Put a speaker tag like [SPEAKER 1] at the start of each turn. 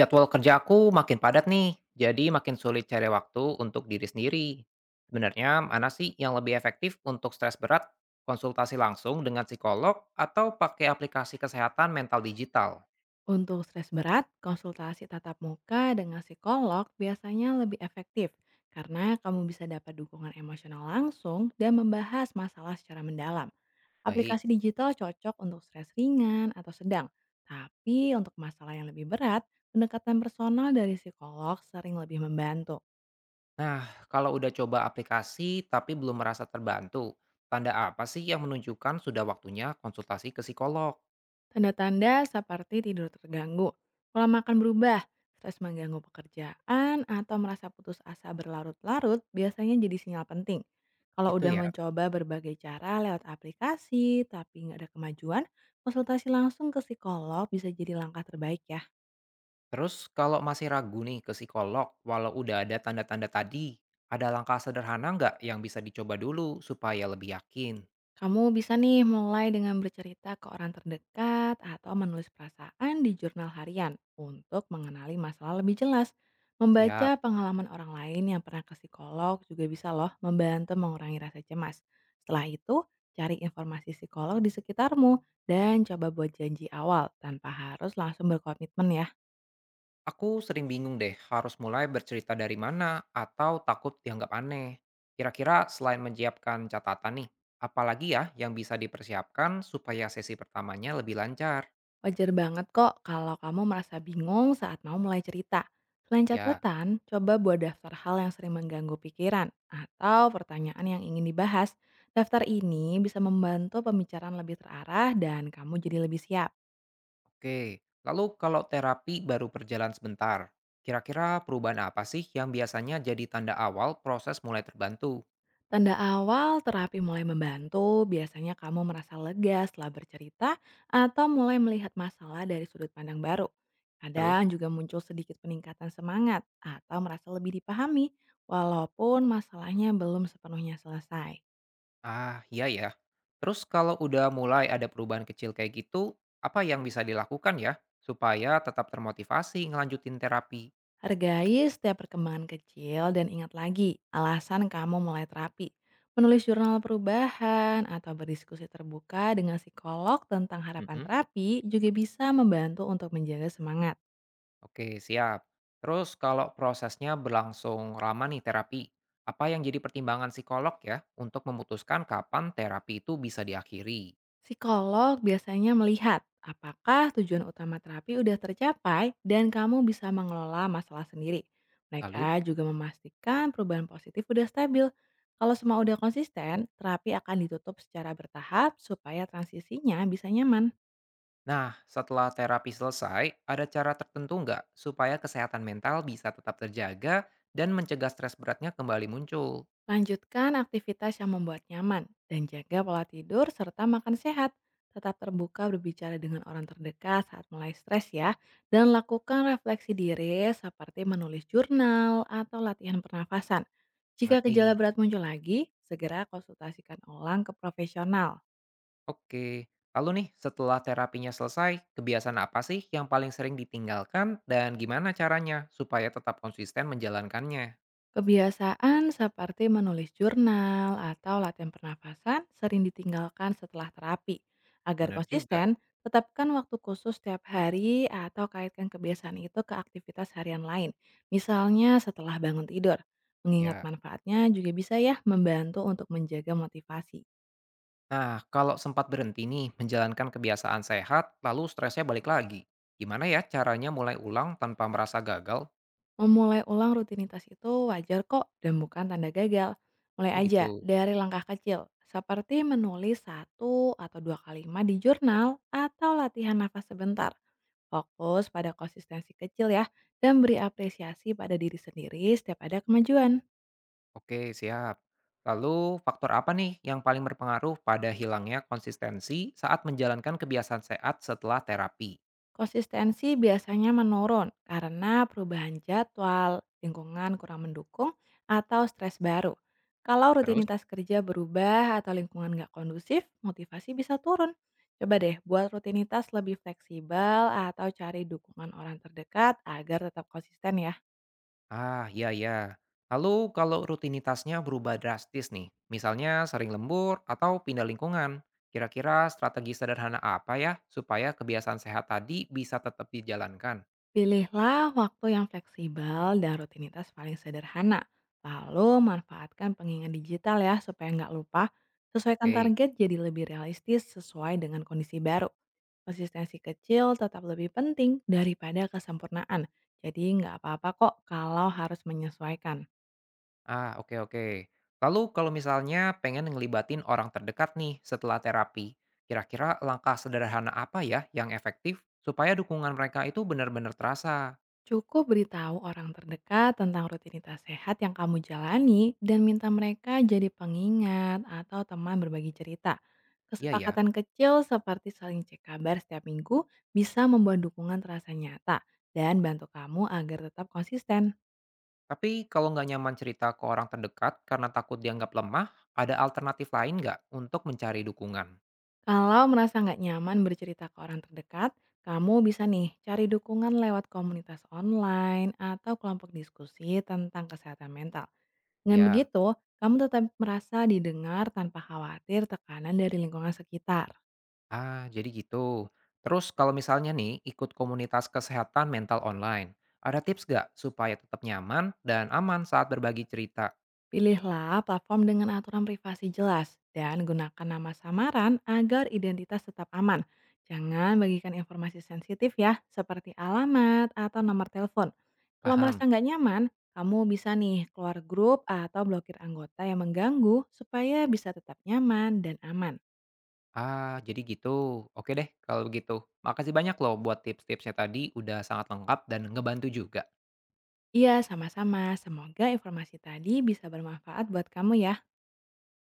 [SPEAKER 1] Jadwal kerjaku makin padat nih, jadi makin sulit cari waktu untuk diri sendiri. Sebenarnya mana sih yang lebih efektif untuk stres berat? Konsultasi langsung dengan psikolog atau pakai aplikasi kesehatan mental digital?
[SPEAKER 2] Untuk stres berat, konsultasi tatap muka dengan psikolog biasanya lebih efektif karena kamu bisa dapat dukungan emosional langsung dan membahas masalah secara mendalam.
[SPEAKER 1] Baik.
[SPEAKER 2] Aplikasi digital cocok untuk stres ringan atau sedang, tapi untuk masalah yang lebih berat, pendekatan personal dari psikolog sering lebih membantu.
[SPEAKER 1] Nah, kalau udah coba aplikasi tapi belum merasa terbantu, tanda apa sih yang menunjukkan sudah waktunya konsultasi ke psikolog?
[SPEAKER 2] Tanda-tanda seperti tidur terganggu, pola makan berubah, stres mengganggu pekerjaan, atau merasa putus asa berlarut-larut biasanya jadi sinyal penting. Kalau
[SPEAKER 1] Gitu
[SPEAKER 2] udah
[SPEAKER 1] ya.
[SPEAKER 2] mencoba berbagai cara lewat aplikasi tapi nggak ada kemajuan, konsultasi langsung ke psikolog bisa jadi langkah terbaik ya.
[SPEAKER 1] Terus kalau masih ragu nih ke psikolog, walau udah ada tanda-tanda tadi, ada langkah sederhana nggak yang bisa dicoba dulu supaya lebih yakin?
[SPEAKER 2] Kamu bisa nih mulai dengan bercerita ke orang terdekat atau menulis perasaan di jurnal harian untuk mengenali masalah lebih jelas.
[SPEAKER 1] Siap.
[SPEAKER 2] Membaca pengalaman orang lain yang pernah ke psikolog juga bisa loh membantu mengurangi rasa cemas. Setelah itu, cari informasi psikolog di sekitarmu dan coba buat janji awal tanpa harus langsung berkomitmen ya.
[SPEAKER 1] Aku sering bingung deh harus mulai bercerita dari mana atau takut dianggap aneh. Kira-kira selain menyiapkan catatan nih, apalagi ya yang bisa dipersiapkan supaya sesi pertamanya lebih lancar?
[SPEAKER 2] Wajar banget kok kalau kamu merasa bingung saat mau mulai cerita. Selain
[SPEAKER 1] Ya,
[SPEAKER 2] catatan, coba buat daftar hal yang sering mengganggu pikiran atau pertanyaan yang ingin dibahas. Daftar ini bisa membantu pembicaraan lebih terarah dan kamu jadi lebih siap.
[SPEAKER 1] oke. Lalu kalau terapi baru berjalan sebentar, kira-kira perubahan apa sih yang biasanya jadi tanda awal proses mulai terbantu?
[SPEAKER 2] Tanda awal terapi mulai membantu, biasanya kamu merasa lega setelah bercerita atau mulai melihat masalah dari sudut pandang baru. Kadang
[SPEAKER 1] Terus?
[SPEAKER 2] juga muncul sedikit peningkatan semangat atau merasa lebih dipahami, walaupun masalahnya belum sepenuhnya selesai.
[SPEAKER 1] Ah, iya ya. Terus kalau udah mulai ada perubahan kecil kayak gitu, apa yang bisa dilakukan ya supaya tetap termotivasi ngelanjutin terapi?
[SPEAKER 2] Hargai setiap perkembangan kecil dan ingat lagi alasan kamu mulai terapi. Menulis jurnal perubahan atau berdiskusi terbuka dengan psikolog tentang harapan
[SPEAKER 1] Mm-mm.
[SPEAKER 2] terapi juga bisa membantu untuk menjaga semangat.
[SPEAKER 1] Oke, siap. Terus kalau prosesnya berlangsung lama nih terapi, apa yang jadi pertimbangan psikolog ya untuk memutuskan kapan terapi itu bisa diakhiri?
[SPEAKER 2] Psikolog biasanya melihat apakah tujuan utama terapi udah tercapai dan kamu bisa mengelola masalah sendiri. Mereka
[SPEAKER 1] Lalu,
[SPEAKER 2] juga memastikan perubahan positif udah stabil. Kalau semua udah konsisten, terapi akan ditutup secara bertahap supaya transisinya bisa nyaman.
[SPEAKER 1] nah setelah terapi selesai, ada cara tertentu nggak supaya kesehatan mental bisa tetap terjaga dan mencegah stres beratnya kembali muncul?
[SPEAKER 2] Lanjutkan aktivitas yang membuat nyaman dan jaga pola tidur serta makan sehat. Tetap terbuka berbicara dengan orang terdekat saat mulai stres ya. Dan lakukan refleksi diri seperti menulis jurnal atau latihan pernafasan. Jika gejala
[SPEAKER 1] Ngerti?
[SPEAKER 2] berat muncul lagi, segera konsultasikan ulang ke profesional.
[SPEAKER 1] Oke, lalu nih setelah terapinya selesai, kebiasaan apa sih yang paling sering ditinggalkan dan gimana caranya supaya tetap konsisten menjalankannya?
[SPEAKER 2] Kebiasaan seperti menulis jurnal atau latihan pernafasan sering ditinggalkan setelah terapi. Agar
[SPEAKER 1] Bener juga,
[SPEAKER 2] konsisten, tetapkan waktu khusus setiap hari atau kaitkan kebiasaan itu ke aktivitas harian lain. Misalnya setelah bangun tidur. Mengingat
[SPEAKER 1] ya.
[SPEAKER 2] manfaatnya juga bisa ya membantu untuk menjaga motivasi.
[SPEAKER 1] Nah, kalau sempat berhenti nih menjalankan kebiasaan sehat, lalu stresnya balik lagi. Gimana ya caranya mulai ulang tanpa merasa gagal?
[SPEAKER 2] Memulai ulang rutinitas itu wajar kok dan bukan tanda gagal. Mulai
[SPEAKER 1] Oh
[SPEAKER 2] aja
[SPEAKER 1] gitu.
[SPEAKER 2] dari langkah kecil, seperti menulis satu atau dua kalimat di jurnal atau latihan nafas sebentar. Fokus pada konsistensi kecil ya, dan beri apresiasi pada diri sendiri setiap ada kemajuan.
[SPEAKER 1] Oke, siap. Lalu faktor apa nih yang paling berpengaruh pada hilangnya konsistensi saat menjalankan kebiasaan sehat setelah terapi?
[SPEAKER 2] Konsistensi biasanya menurun karena perubahan jadwal, lingkungan kurang mendukung, atau stres baru. Kalau
[SPEAKER 1] Terus?
[SPEAKER 2] rutinitas kerja berubah atau lingkungan nggak kondusif, motivasi bisa turun. Coba deh buat rutinitas lebih fleksibel atau cari dukungan orang terdekat agar tetap konsisten ya.
[SPEAKER 1] Ah, ya ya. Lalu kalau rutinitasnya berubah drastis nih, misalnya sering lembur atau pindah lingkungan, kira-kira strategi sederhana apa ya supaya kebiasaan sehat tadi bisa tetap dijalankan?
[SPEAKER 2] Pilihlah waktu yang fleksibel dan rutinitas paling sederhana. Lalu manfaatkan pengingat digital ya supaya nggak lupa. Sesuaikan
[SPEAKER 1] Oke.
[SPEAKER 2] target jadi lebih realistis sesuai dengan kondisi baru. Konsistensi kecil tetap lebih penting daripada kesempurnaan. Jadi nggak apa-apa kok kalau harus menyesuaikan.
[SPEAKER 1] Ah, oke oke. Lalu kalau misalnya pengen ngelibatin orang terdekat nih setelah terapi, kira-kira langkah sederhana apa ya yang efektif supaya dukungan mereka itu benar-benar terasa?
[SPEAKER 2] Cukup beritahu orang terdekat tentang rutinitas sehat yang kamu jalani dan minta mereka jadi pengingat atau teman berbagi cerita.
[SPEAKER 1] Iya ya.
[SPEAKER 2] Kesepakatan kecil seperti saling cek kabar setiap minggu bisa membuat dukungan terasa nyata dan bantu kamu agar tetap konsisten.
[SPEAKER 1] Tapi kalau nggak nyaman cerita ke orang terdekat karena takut dianggap lemah, ada alternatif lain nggak untuk mencari dukungan?
[SPEAKER 2] Kalau merasa nggak nyaman bercerita ke orang terdekat, kamu bisa nih cari dukungan lewat komunitas online atau kelompok diskusi tentang kesehatan mental. Dengan
[SPEAKER 1] Ya,
[SPEAKER 2] begitu, kamu tetap merasa didengar tanpa khawatir tekanan dari lingkungan sekitar.
[SPEAKER 1] ah jadi gitu. Terus kalau misalnya nih ikut komunitas kesehatan mental online, ada tips nggak supaya tetap nyaman dan aman saat berbagi cerita?
[SPEAKER 2] Pilihlah platform dengan aturan privasi jelas dan gunakan nama samaran agar identitas tetap aman. Jangan bagikan informasi sensitif ya, seperti alamat atau nomor telepon. Kalau merasa
[SPEAKER 1] Paham?
[SPEAKER 2] nggak nyaman, kamu bisa nih keluar grup atau blokir anggota yang mengganggu supaya bisa tetap nyaman dan aman.
[SPEAKER 1] Ah, jadi gitu. Oke deh kalau begitu. Makasih banyak loh buat tips-tipsnya tadi udah sangat lengkap dan ngebantu juga.
[SPEAKER 2] Iya, sama-sama. Semoga informasi tadi bisa bermanfaat buat kamu ya.